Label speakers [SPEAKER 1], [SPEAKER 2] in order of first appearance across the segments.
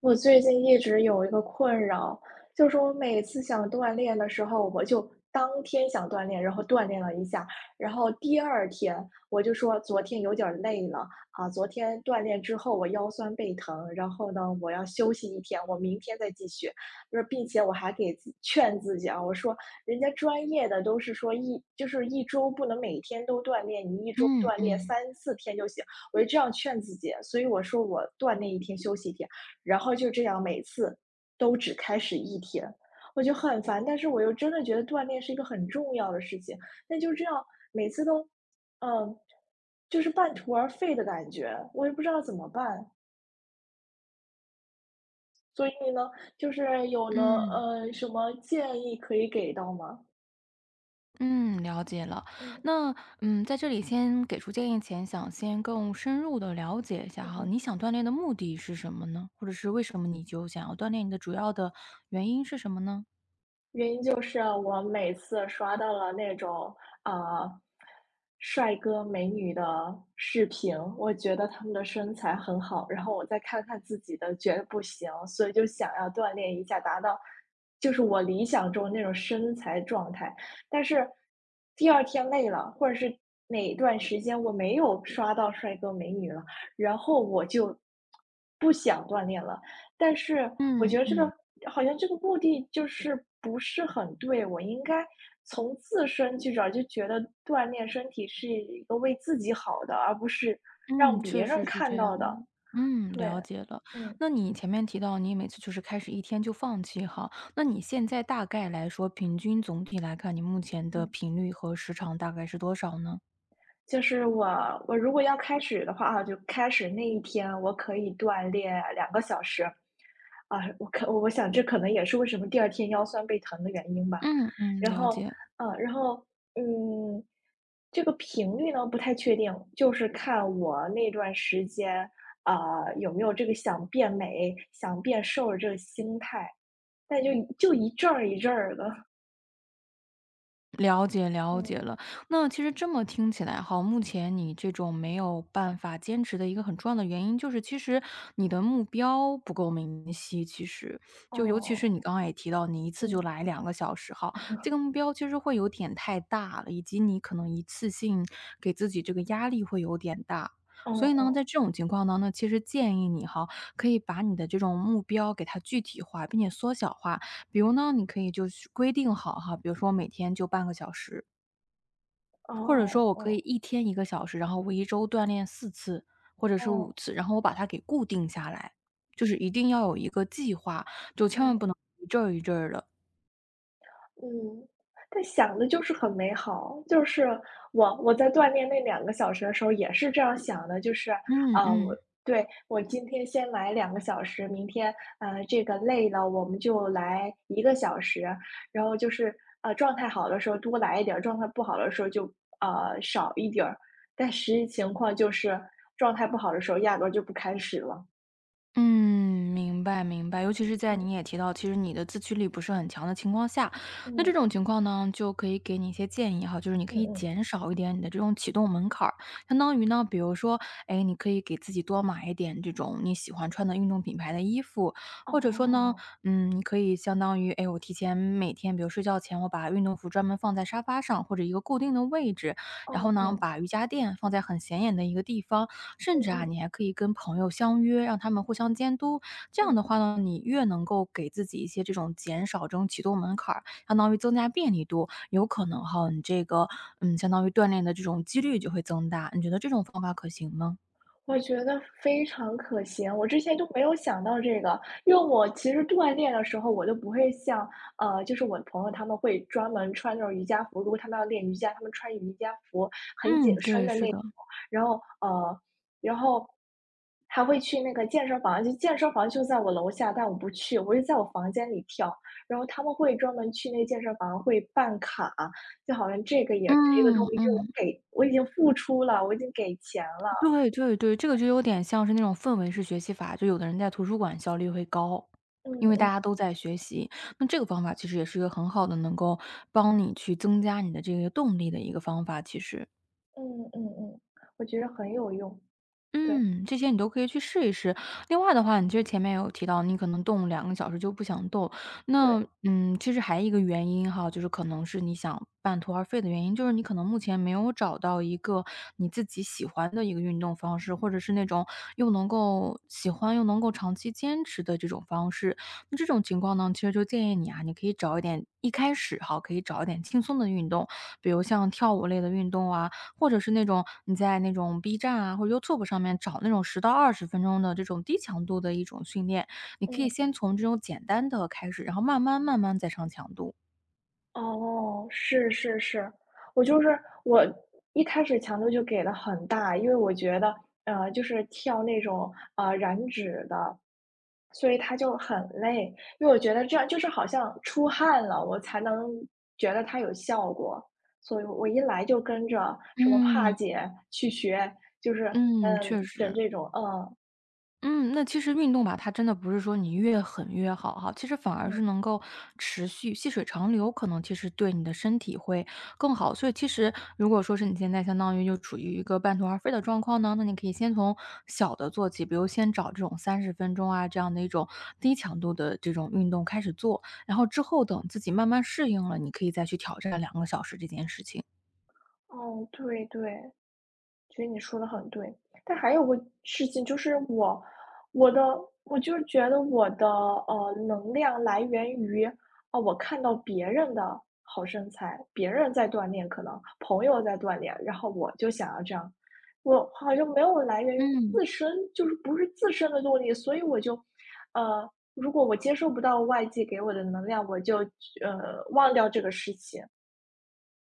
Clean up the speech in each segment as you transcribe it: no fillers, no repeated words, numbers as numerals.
[SPEAKER 1] 我最近一直有一个困扰，就是我每次想锻炼的时候，我就当天想锻炼，然后锻炼了一下，然后第二天我就说昨天有点儿累了啊，昨天锻炼之后我腰酸背疼，然后呢我要休息一天，我明天再继续。就是并且我还劝自己啊，我说人家专业的都是说就是一周不能每天都锻炼，你一周
[SPEAKER 2] 嗯
[SPEAKER 1] 锻炼
[SPEAKER 2] 嗯
[SPEAKER 1] 3、4天就行，我就这样劝自己，所以我说我锻炼一天休息一天。然后就这样每次都只开始一天，我就很烦。但是我又真的觉得锻炼是一个很重要的事情，那就这样每次都，嗯，就是半途而废的感觉，我也不知道怎么办。所以呢，就是有呢，
[SPEAKER 2] 嗯
[SPEAKER 1] 呃，什么建议可以给到吗？
[SPEAKER 2] 嗯，了解了。
[SPEAKER 1] 嗯
[SPEAKER 2] 那在这里先给出建议前，想先更深入的了解一下
[SPEAKER 1] 嗯
[SPEAKER 2] 哈，
[SPEAKER 1] 嗯。
[SPEAKER 2] 你想锻炼的目的是什么呢？或者是为什么你就想要锻炼？你的主要的原因是什么呢？
[SPEAKER 1] 原因就是我每次刷到了那种，啊帅哥美女的视频，我觉得他们的身材很好，然后我再看看自己的，觉得不行，所以就想要锻炼一下，达到就是我理想中那种身材状态。但是第二天累了，或者是哪一段时间我没有刷到帅哥美女了，然后我就不想锻炼了，但是我
[SPEAKER 2] 嗯
[SPEAKER 1] 觉得
[SPEAKER 2] 嗯
[SPEAKER 1] 好像这个目的就是不是很对，我应该从自身去找，就觉得锻炼身体是一个为自己好的，而不是让
[SPEAKER 2] 嗯，
[SPEAKER 1] 别
[SPEAKER 2] 确
[SPEAKER 1] 人
[SPEAKER 2] 实是
[SPEAKER 1] 看
[SPEAKER 2] 这
[SPEAKER 1] 到
[SPEAKER 2] 样
[SPEAKER 1] 的。
[SPEAKER 2] 的。嗯，
[SPEAKER 1] 对。
[SPEAKER 2] 了解了。
[SPEAKER 1] 嗯
[SPEAKER 2] 那你前面提到你每次就是开始一天就放弃哈，那你现在大概来说，平均总体来看，你目前的
[SPEAKER 1] 嗯。
[SPEAKER 2] 频率和时长大概是多少呢？
[SPEAKER 1] 就是我如果要开始的话啊，就开始那一天我可以锻炼两个小时，我想这可能也是为什么第二天腰酸背疼的原因吧。
[SPEAKER 2] 嗯嗯，
[SPEAKER 1] 然
[SPEAKER 2] 了
[SPEAKER 1] 后，
[SPEAKER 2] 解。
[SPEAKER 1] 然后，嗯，这个频率呢不太确定，就是看我那段时间，有没有这个想变美、想变瘦的这个心态，但就一阵儿一阵儿的。
[SPEAKER 2] 了解了
[SPEAKER 1] 嗯。
[SPEAKER 2] 解了，那其实这么听起来哈，目前你这种没有办法坚持的一个很重要的原因，就是其实你的目标不够明晰。其实就尤其是你
[SPEAKER 1] 哦。
[SPEAKER 2] 刚刚也提到，你一次就
[SPEAKER 1] 嗯。
[SPEAKER 2] 来两个小时哈，这个目标其实会有点太大了，以及你可能一次性给自己这个压力会有点大。
[SPEAKER 1] 哦
[SPEAKER 2] 所以呢，
[SPEAKER 1] 哦。
[SPEAKER 2] 在这种情况呢，那其实建议你哈，可以把你的这种目标给它具体化，并且缩小化，比如呢，你可以就是规定好哈，比如说每天就半个小时，
[SPEAKER 1] 哦
[SPEAKER 2] 或者
[SPEAKER 1] 哦
[SPEAKER 2] 说我可以
[SPEAKER 1] 哦。
[SPEAKER 2] 一天1个小时，然后我一周锻炼4次或者是五
[SPEAKER 1] 哦。
[SPEAKER 2] 次，然后我把它给固定下来，就是一定要有一个计划，就千
[SPEAKER 1] 嗯。
[SPEAKER 2] 万不能一阵儿一阵儿的。
[SPEAKER 1] 嗯，但想的就是很美好，就是我在锻炼那两个小时的时候也是这样想的，就是，
[SPEAKER 2] 嗯
[SPEAKER 1] 啊，我
[SPEAKER 2] 嗯。
[SPEAKER 1] 对，我今天先来两个小时，明天，这个累了我们就来1个小时，然后就是，状态好的时候多来一点儿，状态不好的时候就，少一点儿，但实际情况就是状态不好的时候压根儿就不开始了。
[SPEAKER 2] 嗯，明白明白，尤其是在你
[SPEAKER 1] 嗯
[SPEAKER 2] 也提到，其实你的自驱力不是很强的情况下，那这
[SPEAKER 1] 嗯
[SPEAKER 2] 种情况呢，就可以给你一些建议哈，就是你
[SPEAKER 1] 嗯
[SPEAKER 2] 可以
[SPEAKER 1] 嗯。
[SPEAKER 2] 减少一点你的这种启动门槛儿，相当于呢，比如说，哎，你可以给自己多买一点这种你喜欢穿的运动品牌的衣服，或者说呢，
[SPEAKER 1] 哦。
[SPEAKER 2] 你可以相当于，哎，我提前每天，比如睡觉前，我把运动服专门放在沙发上或者一个固定的位置，然
[SPEAKER 1] 哦
[SPEAKER 2] 后呢，
[SPEAKER 1] 哦。
[SPEAKER 2] 把瑜伽垫放在很显眼的一个地方，甚
[SPEAKER 1] 嗯
[SPEAKER 2] 至啊，
[SPEAKER 1] 嗯
[SPEAKER 2] 你还可以跟朋友相约，让他们互相监督。这样
[SPEAKER 1] 嗯，
[SPEAKER 2] 的话呢，你越能够给自己一些这种减少这种启动门槛儿，相当于增加便利度，有可能哈，你这个相当于锻炼的这种几率就会增大。你觉得这种方法可行吗？
[SPEAKER 1] 我觉得非常可行，我之前就没有想到这个，因为我其实锻炼的时候，我都不会像，就是我的朋友他们会专门穿那种瑜伽服，如果他们要练瑜伽，他们穿瑜伽服，很紧
[SPEAKER 2] 嗯，
[SPEAKER 1] 身
[SPEAKER 2] 对，
[SPEAKER 1] 的
[SPEAKER 2] 是
[SPEAKER 1] 那种，
[SPEAKER 2] 的。
[SPEAKER 1] 然后，呃，然后还会去那个健身房，就健身房就在我楼下，但我不去，我就在我房间里跳，然后他们会专门去那个健身房会办卡，就好像这个也是一个动
[SPEAKER 2] 嗯
[SPEAKER 1] 力，就是
[SPEAKER 2] 嗯。
[SPEAKER 1] 我给我已经付出了，我已经给钱了。
[SPEAKER 2] 对对对，这个就有点像是那种氛围式学习法，就有的人在图书馆效率会高，因
[SPEAKER 1] 嗯
[SPEAKER 2] 为大
[SPEAKER 1] 嗯。
[SPEAKER 2] 家都在学习。那这个方法其实也是一个很好的，能够帮你去增加你的这个动力的一个方法，其实。
[SPEAKER 1] 嗯嗯嗯，我觉得很有用。对
[SPEAKER 2] 嗯，这些你都可以去试一试。另外的话，你其实前面有提到，你可能动两个小时就不想动，
[SPEAKER 1] 对。
[SPEAKER 2] 那，其实还有一个原因哈，就是可能是你想半途而废的原因，就是你可能目前没有找到一个你自己喜欢的一个运动方式，或者是那种又能够喜欢又能够长期坚持的这种方式。那这种情况呢，其实就建议你啊，你可以找一点一开始哈，可以找一点轻松的运动，比如像跳舞类的运动啊，或者是那种你在那种 B 站啊或者 YouTube 上面找那种10到20分钟的这种低强度的一种训练，你可以
[SPEAKER 1] 嗯。
[SPEAKER 2] 先从这种简单的开始，然后慢慢慢慢再上强度。
[SPEAKER 1] 哦。是是是。我就是我一开始强度就给的很大，因为我觉得，就是跳那种燃脂的，所以它就很累，因为我觉得这样就是好像出汗了，我才能觉得它有效果，所以我一来就跟着什么帕
[SPEAKER 2] 嗯，
[SPEAKER 1] 姐去学，就是
[SPEAKER 2] 嗯，确
[SPEAKER 1] 整
[SPEAKER 2] 实。
[SPEAKER 1] 这种。嗯
[SPEAKER 2] 嗯，那其实运动吧，它真的不是说你越狠越好哈，其实反而
[SPEAKER 1] 嗯。
[SPEAKER 2] 是能够持续细水长流，可能其实对你的身体会更好。所以其实如果说是你现在相当于就处于一个半途而废的状况呢，那你可以先从小的做起，比如先找这种30分钟啊这样的一种低强度的这种运动开始做，然后之后等自己慢慢适应了，你可以再去挑战两个小时这件事情。
[SPEAKER 1] 哦。对对。觉得你说的很对，但还有个事情就是我的我就是觉得我的，能量来源于，我看到别人的好身材，别人在锻炼，可能朋友在锻炼，然后我就想要这样。我好像没有来源于
[SPEAKER 2] 嗯。
[SPEAKER 1] 自身，就是不是自身的动力，所以我就如果我接受不到外界给我的能量，我就忘掉这个事情。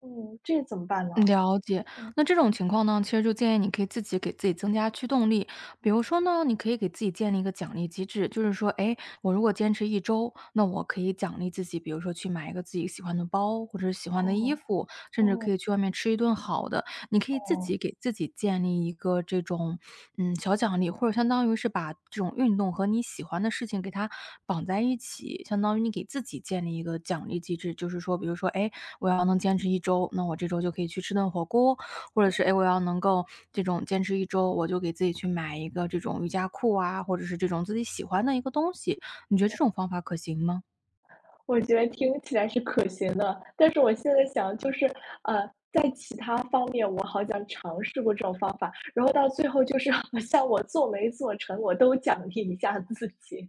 [SPEAKER 1] 嗯，这怎么办呢？
[SPEAKER 2] 了解，
[SPEAKER 1] 嗯。
[SPEAKER 2] 那这种情况呢，其实就建议你可以自己给自己增加驱动力。比如说呢，你可以给自己建立一个奖励机制，就是说，哎，我如果坚持一周，那我可以奖励自己，比如说去买一个自己喜欢的包，或者是喜欢的衣
[SPEAKER 1] 哦。
[SPEAKER 2] 服，甚至
[SPEAKER 1] 哦
[SPEAKER 2] 可以去外面吃一顿好的。你可以自
[SPEAKER 1] 哦。
[SPEAKER 2] 己给自己建立一个这种小奖励，或者相当于是把这种运动和你喜欢的事情给它绑在一起，相当于你给自己建立一个奖励机制，就是说，比如说，哎，我要能坚持一周，那我这周就可以去吃顿火锅，或者是哎，我要能够这种坚持一周，我就给自己去买一个这种瑜伽裤啊，或者是这种自己喜欢的一个东西。你觉得这种方法可行吗？
[SPEAKER 1] 我觉得听起来是可行的，但是我现在想就是，在其他方面我好像尝试过这种方法，然后到最后就是好像我做没做成，我都奖励一下自己。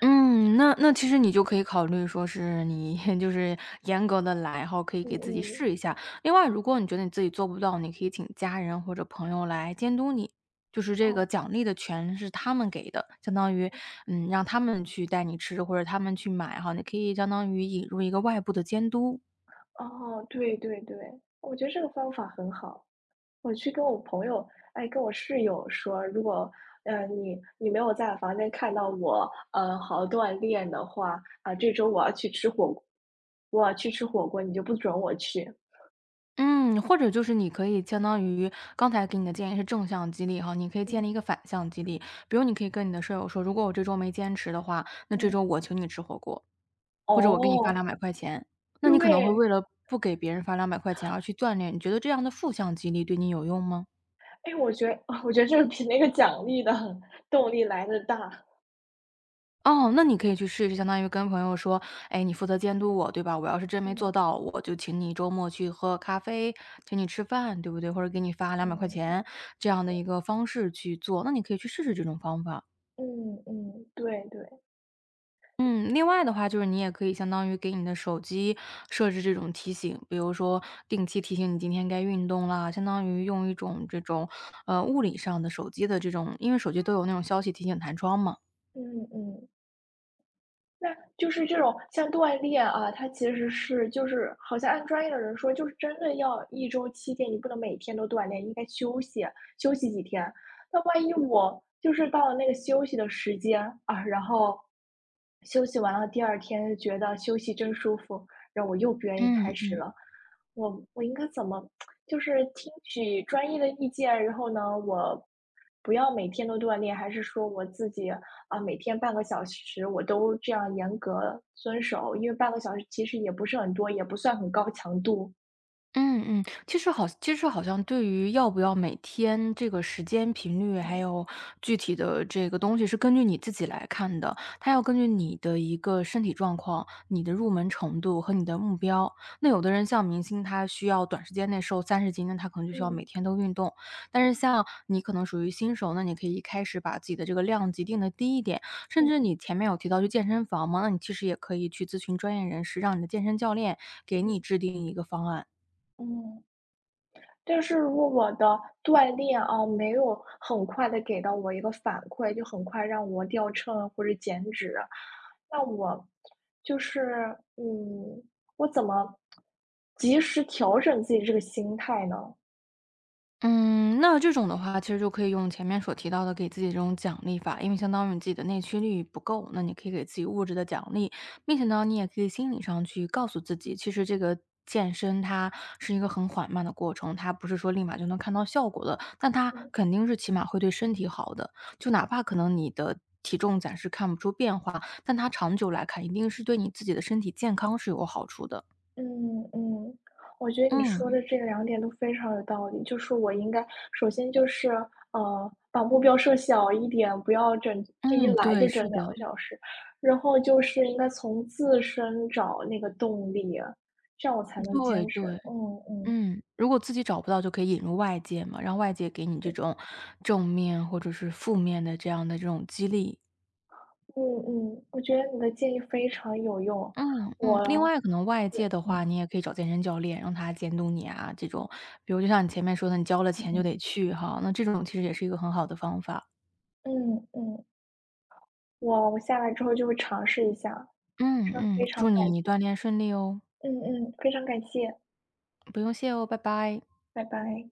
[SPEAKER 2] 嗯，那那其实你就可以考虑说是你 就是严格的来，哈，可以
[SPEAKER 1] 嗯
[SPEAKER 2] 给自己
[SPEAKER 1] 嗯。
[SPEAKER 2] 试一下。另外，如果你觉得你自己做不到，你可以请家人或者朋友来监督你，就是这个
[SPEAKER 1] 哦。
[SPEAKER 2] 奖励的权是他们给的，相当于让他们去带你吃或者他们去买哈，你可以相当于引入一个外部的监督。
[SPEAKER 1] 哦。对对对，我觉得这个方法很好。我去跟我朋友，哎，跟我室友说，如果，你没有在我房间看到我，好好锻炼的话，这周我要去吃火锅，我要去吃火锅，你就不准我去。
[SPEAKER 2] 嗯，或者就是你可以相当于刚才给你的建议是正向激励哈，你可以建
[SPEAKER 1] 嗯
[SPEAKER 2] 立一个反向激励，比如你可以跟你的舍友说，如果我这周没坚持的话，那这
[SPEAKER 1] 嗯。
[SPEAKER 2] 周我请你吃火锅。或者我给你发
[SPEAKER 1] 哦。
[SPEAKER 2] 两百块钱，那你可能会
[SPEAKER 1] 对。
[SPEAKER 2] 为了不给别人发两百块钱而去锻炼，你觉得这样的负向激励对你有用吗？
[SPEAKER 1] 哎，我觉得 我觉得这个比那个奖励的动力来的大。
[SPEAKER 2] 哦，那你可以去试一试，相当于跟朋友说：“哎，你负责监督我，对吧？我要是真没做
[SPEAKER 1] 嗯。
[SPEAKER 2] 到，我就请你周末去喝咖啡，请你吃饭，对不对？或者给你发两百块
[SPEAKER 1] 嗯。
[SPEAKER 2] 钱。”这样的一个方式去做，那你可以去试试这种方法。
[SPEAKER 1] 嗯嗯。对对。
[SPEAKER 2] 嗯，另外的话就是你也可以相当于给你的手机设置这种提醒，比如说定期提醒你今天该运动啦，相当于用一种这种，物理上的手机的这种因为手机都有那种消息提醒弹窗嘛。
[SPEAKER 1] 嗯嗯。那就是这种像锻炼啊，它其实是就是好像按专业的人说，就是真的要一周7天，你不能每天都锻炼，应该休息休息几天。那万一我就是到了那个休息的时间啊，然后休息完了，第二天觉得休息真舒服，然后我又不愿意开始
[SPEAKER 2] 嗯。
[SPEAKER 1] 了，我应该怎么就是听取专业的意见，然后呢，我不要每天都锻炼，还是说我自己？每天半个小时我都这样严格遵守，因为半个小时其实也不是很多，也不算很高强度。
[SPEAKER 2] 嗯嗯，其实好其实好像对于要不要每天这个时间频率，还有具体的这个东西是根据你自己来看的，它要根据你的一个身体状况、你的入门程度和你的目标。那有的人像明星，他需要短时间内瘦30斤，那他可能就需要
[SPEAKER 1] 嗯
[SPEAKER 2] 每天都运动。但是像你可能属于新手，那你可以一开始把自己的这个量级定的低一点，甚至
[SPEAKER 1] 嗯
[SPEAKER 2] 你前面有提到去健身房嘛，那你其实也可以去咨询专业人士，让你的健身教练给
[SPEAKER 1] 嗯。
[SPEAKER 2] 你制定一个方案。
[SPEAKER 1] 嗯，但是如果我的锻炼啊，没有很快的给到我一个反馈，就很快让我掉秤啊或者减脂，那我就是，我怎么及时调整自己这个心态呢？
[SPEAKER 2] 嗯，那这种的话，其实就可以用前面所提到的给自己这种奖励法，因为相当于你自己的内驱力不够，那你可以给自己物质的奖励，并且呢，你也可以心理上去告诉自己，其实这个健身它是一个很缓慢的过程，它不是说立马就能看到效果的，但它肯定是起码会对身体好的，就哪怕可能你的体重暂时看不出变化，但它长久来看，一定是对你自己的身体健康是有好处的。
[SPEAKER 1] 嗯嗯，我觉得你说
[SPEAKER 2] 嗯
[SPEAKER 1] 的这两点都非常有道理。就是我应该首先就是，把目标设小一点，不要整这一
[SPEAKER 2] 嗯，
[SPEAKER 1] 来
[SPEAKER 2] 对，
[SPEAKER 1] 就整
[SPEAKER 2] 是
[SPEAKER 1] 两个
[SPEAKER 2] 的，
[SPEAKER 1] 小时。然后就是应该从自身找那个动力，这样我才能坚
[SPEAKER 2] 对
[SPEAKER 1] 持。
[SPEAKER 2] 对。
[SPEAKER 1] 嗯嗯。
[SPEAKER 2] 嗯，如果自己找不到就可以引入外界嘛，让外界给你这
[SPEAKER 1] 对。
[SPEAKER 2] 种正面或者是负面的这样的这种激励。
[SPEAKER 1] 嗯嗯，我觉得你的建议非常有用。
[SPEAKER 2] 嗯
[SPEAKER 1] 我
[SPEAKER 2] 嗯，另外可能外
[SPEAKER 1] 对。
[SPEAKER 2] 界的
[SPEAKER 1] 嗯
[SPEAKER 2] 话，你也可以找健身教练，让他监督你啊，这种，比如就像你前面说的，你交了
[SPEAKER 1] 嗯
[SPEAKER 2] 钱就
[SPEAKER 1] 嗯
[SPEAKER 2] 得去哈，那这种其实也是一个很好的方法。
[SPEAKER 1] 嗯嗯，我下来之后就会尝试一下，
[SPEAKER 2] 嗯
[SPEAKER 1] 这非
[SPEAKER 2] 嗯，
[SPEAKER 1] 常
[SPEAKER 2] 祝
[SPEAKER 1] 感
[SPEAKER 2] 你
[SPEAKER 1] 谢。
[SPEAKER 2] 锻炼顺利哦，
[SPEAKER 1] 嗯嗯，非常感谢，
[SPEAKER 2] 不用谢哦，拜拜。
[SPEAKER 1] 拜拜。